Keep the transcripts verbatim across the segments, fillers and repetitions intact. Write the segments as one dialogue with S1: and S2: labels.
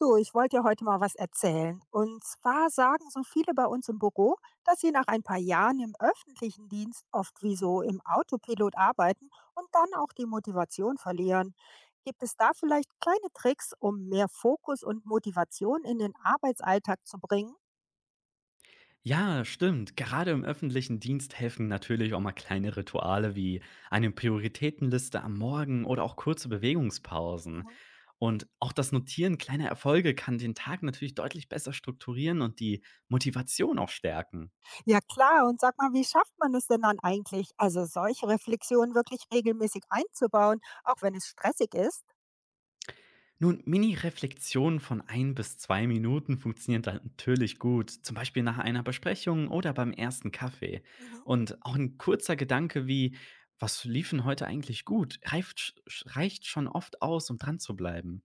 S1: Du, ich wollte dir heute mal was erzählen. Und zwar sagen so viele bei uns im Büro, dass sie nach ein paar Jahren im öffentlichen Dienst oft wie so im Autopilot arbeiten und dann auch die Motivation verlieren. Gibt es da vielleicht kleine Tricks, um mehr Fokus und Motivation in den Arbeitsalltag zu bringen?
S2: Ja, stimmt. Gerade im öffentlichen Dienst helfen natürlich auch mal kleine Rituale wie eine Prioritätenliste am Morgen oder auch kurze Bewegungspausen.
S1: Mhm.
S2: Und auch das Notieren kleiner Erfolge kann den Tag natürlich deutlich besser strukturieren und die Motivation auch stärken.
S1: Ja klar, und sag mal, wie schafft man es denn dann eigentlich, also solche Reflexionen wirklich regelmäßig einzubauen, auch wenn es stressig ist?
S2: Nun, Mini-Reflexionen von ein bis zwei Minuten funktionieren dann natürlich gut, zum Beispiel nach einer Besprechung oder beim ersten Kaffee.
S1: Mhm.
S2: Und auch ein kurzer Gedanke wie, was liefen heute eigentlich gut, reicht, sch- reicht schon oft aus, um dran zu bleiben.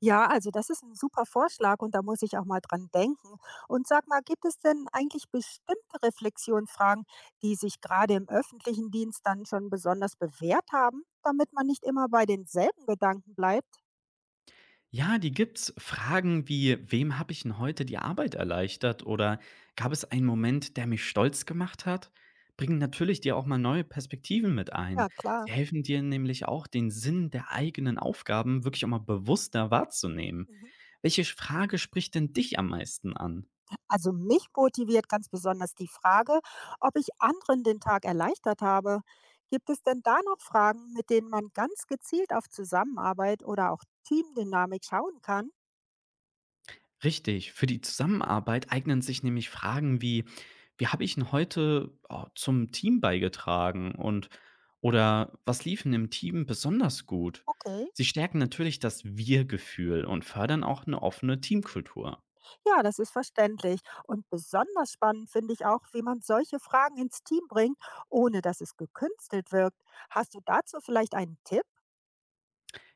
S1: Ja, also das ist ein super Vorschlag und da muss ich auch mal dran denken. Und sag mal, gibt es denn eigentlich bestimmte Reflexionsfragen, die sich gerade im öffentlichen Dienst dann schon besonders bewährt haben, damit man nicht immer bei denselben Gedanken bleibt?
S2: Ja, die gibt's. Fragen wie, wem habe ich denn heute die Arbeit erleichtert oder gab es einen Moment, der mich stolz gemacht hat, bringen natürlich dir auch mal neue Perspektiven mit ein.
S1: Ja,
S2: Sie
S1: klar.
S2: helfen dir nämlich auch, den Sinn der eigenen Aufgaben wirklich auch mal bewusster wahrzunehmen.
S1: Mhm.
S2: Welche Frage spricht denn dich am meisten an?
S1: Also mich motiviert ganz besonders die Frage, ob ich anderen den Tag erleichtert habe. Gibt es denn da noch Fragen, mit denen man ganz gezielt auf Zusammenarbeit oder auch Teamdynamik schauen kann?
S2: Richtig. Für die Zusammenarbeit eignen sich nämlich Fragen wie: „Wie habe ich 'n heute, oh, zum Team beigetragen?“ und oder „Was lief 'n im Team besonders gut?“
S1: Okay.
S2: Sie stärken natürlich das Wir-Gefühl und fördern auch eine offene Teamkultur.
S1: Ja, das ist verständlich. Und besonders spannend finde ich auch, wie man solche Fragen ins Team bringt, ohne dass es gekünstelt wirkt. Hast du dazu vielleicht einen Tipp?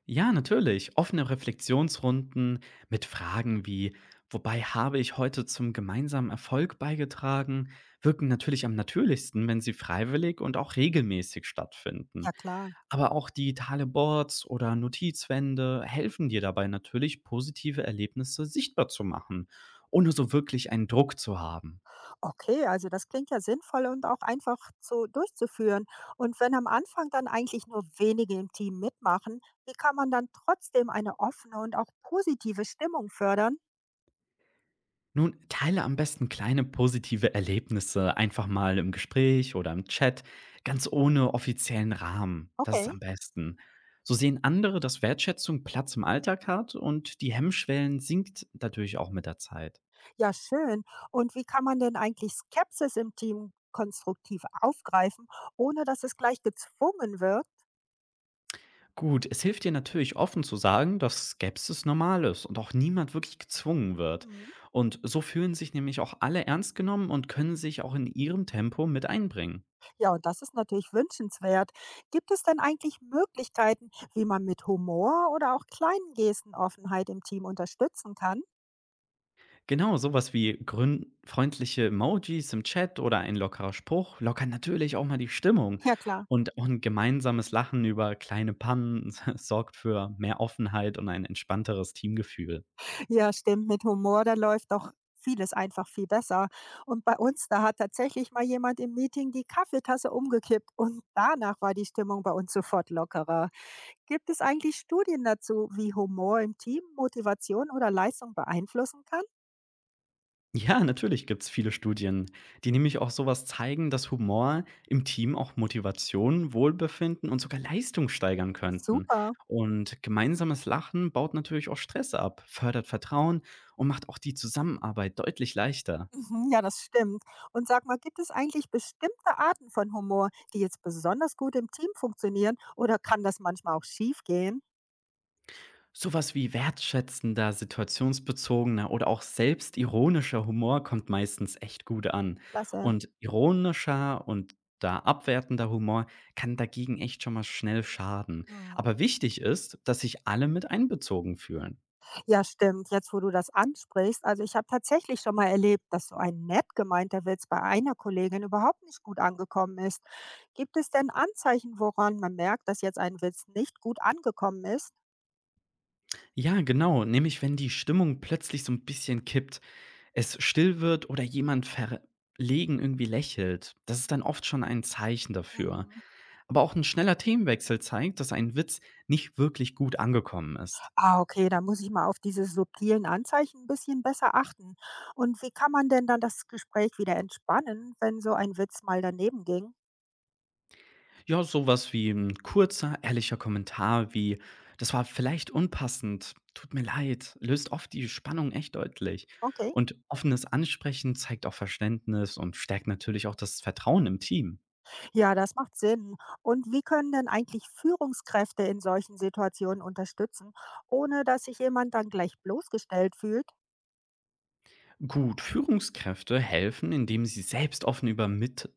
S2: Ja, natürlich. Offene Reflexionsrunden mit Fragen wie: „Wobei habe ich heute zum gemeinsamen Erfolg beigetragen?“ wirken natürlich am natürlichsten, wenn sie freiwillig und auch regelmäßig stattfinden.
S1: Ja klar.
S2: Aber auch digitale Boards oder Notizwände helfen dir dabei natürlich, positive Erlebnisse sichtbar zu machen, ohne so wirklich einen Druck zu haben.
S1: Okay, also das klingt ja sinnvoll und auch einfach zu durchzuführen. Und wenn am Anfang dann eigentlich nur wenige im Team mitmachen, wie kann man dann trotzdem eine offene und auch positive Stimmung fördern?
S2: Nun, teile am besten kleine positive Erlebnisse einfach mal im Gespräch oder im Chat, ganz ohne offiziellen Rahmen. Das ist
S1: Okay,
S2: am besten. So sehen andere, dass Wertschätzung Platz im Alltag hat und die Hemmschwellen sinkt natürlich auch mit der Zeit.
S1: ja schön. Und wie kann man denn eigentlich Skepsis im Team konstruktiv aufgreifen, ohne dass es gleich gezwungen wird?
S2: Gut, es hilft dir natürlich offen zu sagen, dass Skepsis normal ist und auch niemand wirklich gezwungen wird.
S1: Mhm.
S2: Und so fühlen sich nämlich auch alle ernst genommen und können sich auch in ihrem Tempo mit einbringen.
S1: Ja, und das ist natürlich wünschenswert. Gibt es denn eigentlich Möglichkeiten, wie man mit Humor oder auch kleinen Gesten Offenheit im Team unterstützen kann?
S2: Genau, sowas wie grün- freundliche Emojis im Chat oder ein lockerer Spruch lockern natürlich auch mal die Stimmung.
S1: Ja, klar.
S2: Und auch ein gemeinsames Lachen über kleine Pannen sorgt für mehr Offenheit und ein entspannteres Teamgefühl.
S1: Ja, stimmt. Mit Humor, da läuft doch vieles einfach viel besser. Und bei uns, da hat tatsächlich mal jemand im Meeting die Kaffeetasse umgekippt und danach war die Stimmung bei uns sofort lockerer. Gibt es eigentlich Studien dazu, wie Humor im Team Motivation oder Leistung beeinflussen kann?
S2: Ja, natürlich gibt's viele Studien, die nämlich auch sowas zeigen, dass Humor im Team auch Motivation, Wohlbefinden und sogar Leistung steigern könnten.
S1: Super.
S2: Und gemeinsames Lachen baut natürlich auch Stress ab, fördert Vertrauen und macht auch die Zusammenarbeit deutlich leichter.
S1: Mhm, ja, das stimmt. Und sag mal, gibt es eigentlich bestimmte Arten von Humor, die jetzt besonders gut im Team funktionieren oder kann das manchmal auch schief gehen?
S2: Sowas wie wertschätzender, situationsbezogener oder auch selbstironischer Humor kommt meistens echt gut an.
S1: Klasse.
S2: Und ironischer und da abwertender Humor kann dagegen echt schon mal schnell schaden.
S1: Mhm.
S2: Aber wichtig ist, dass sich alle mit einbezogen fühlen.
S1: Ja, stimmt. Jetzt, wo du das ansprichst, also ich habe tatsächlich schon mal erlebt, dass so ein nett gemeinter Witz bei einer Kollegin überhaupt nicht gut angekommen ist. Gibt es denn Anzeichen, woran man merkt, dass jetzt ein Witz nicht gut angekommen ist?
S2: Ja, genau, nämlich wenn die Stimmung plötzlich so ein bisschen kippt, es still wird oder jemand verlegen irgendwie lächelt. Das ist dann oft schon ein Zeichen dafür.
S1: Mhm.
S2: Aber auch ein schneller Themenwechsel zeigt, dass ein Witz nicht wirklich gut angekommen ist.
S1: Ah, okay, da muss ich mal auf diese subtilen Anzeichen ein bisschen besser achten. Und wie kann man denn dann das Gespräch wieder entspannen, wenn so ein Witz mal daneben ging?
S2: Ja, sowas wie ein kurzer, ehrlicher Kommentar wie: „Das war vielleicht unpassend. Tut mir leid.“ löst oft die Spannung echt deutlich.
S1: Okay,
S2: Und offenes Ansprechen zeigt auch Verständnis und stärkt natürlich auch das Vertrauen im Team.
S1: ja, das macht Sinn. Und wie können denn eigentlich Führungskräfte in solchen Situationen unterstützen, ohne dass sich jemand dann gleich bloßgestellt fühlt?
S2: Gut, Führungskräfte helfen, indem sie selbst offen über mit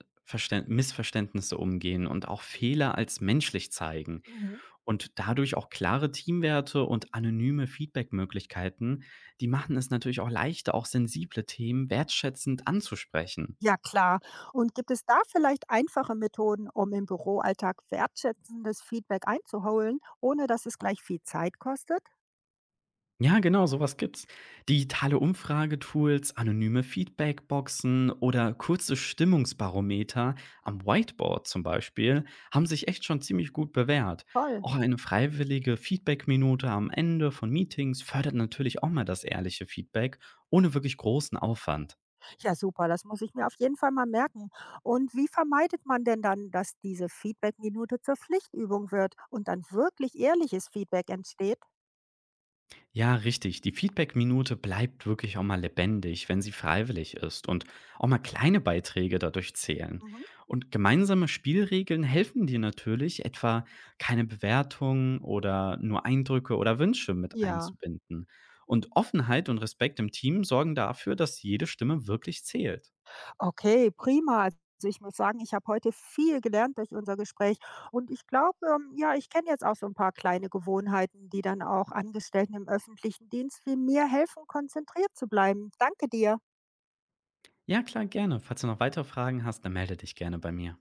S2: Missverständnisse umgehen und auch Fehler als menschlich zeigen.
S1: Mhm.
S2: Und dadurch auch klare Teamwerte und anonyme Feedbackmöglichkeiten, die machen es natürlich auch leichter, auch sensible Themen wertschätzend anzusprechen.
S1: Ja, klar. Und gibt es da vielleicht einfache Methoden, um im Büroalltag wertschätzendes Feedback einzuholen, ohne dass es gleich viel Zeit kostet?
S2: Ja, genau, sowas gibt's. Digitale Umfragetools, anonyme Feedbackboxen oder kurze Stimmungsbarometer am Whiteboard zum Beispiel haben sich echt schon ziemlich gut bewährt.
S1: Toll.
S2: Auch eine freiwillige Feedbackminute am Ende von Meetings fördert natürlich auch mal das ehrliche Feedback ohne wirklich großen Aufwand.
S1: Ja, super, das muss ich mir auf jeden Fall mal merken. Und wie vermeidet man denn dann, dass diese Feedback-Minute zur Pflichtübung wird und dann wirklich ehrliches Feedback entsteht?
S2: Ja, richtig. Die Feedback-Minute bleibt wirklich auch mal lebendig, wenn sie freiwillig ist und auch mal kleine Beiträge dadurch zählen.
S1: Mhm.
S2: Und gemeinsame Spielregeln helfen dir natürlich, etwa keine Bewertungen oder nur Eindrücke oder Wünsche mit
S1: Ja,
S2: einzubinden. Und Offenheit und Respekt im Team sorgen dafür, dass jede Stimme wirklich zählt.
S1: Okay, prima. Also ich muss sagen, ich habe heute viel gelernt durch unser Gespräch und ich glaube, ähm, ja, ich kenne jetzt auch so ein paar kleine Gewohnheiten, die dann auch Angestellten im öffentlichen Dienst wie mir helfen, konzentriert zu bleiben. Danke dir.
S2: Ja, klar, gerne. Falls du noch weitere Fragen hast, dann melde dich gerne bei mir.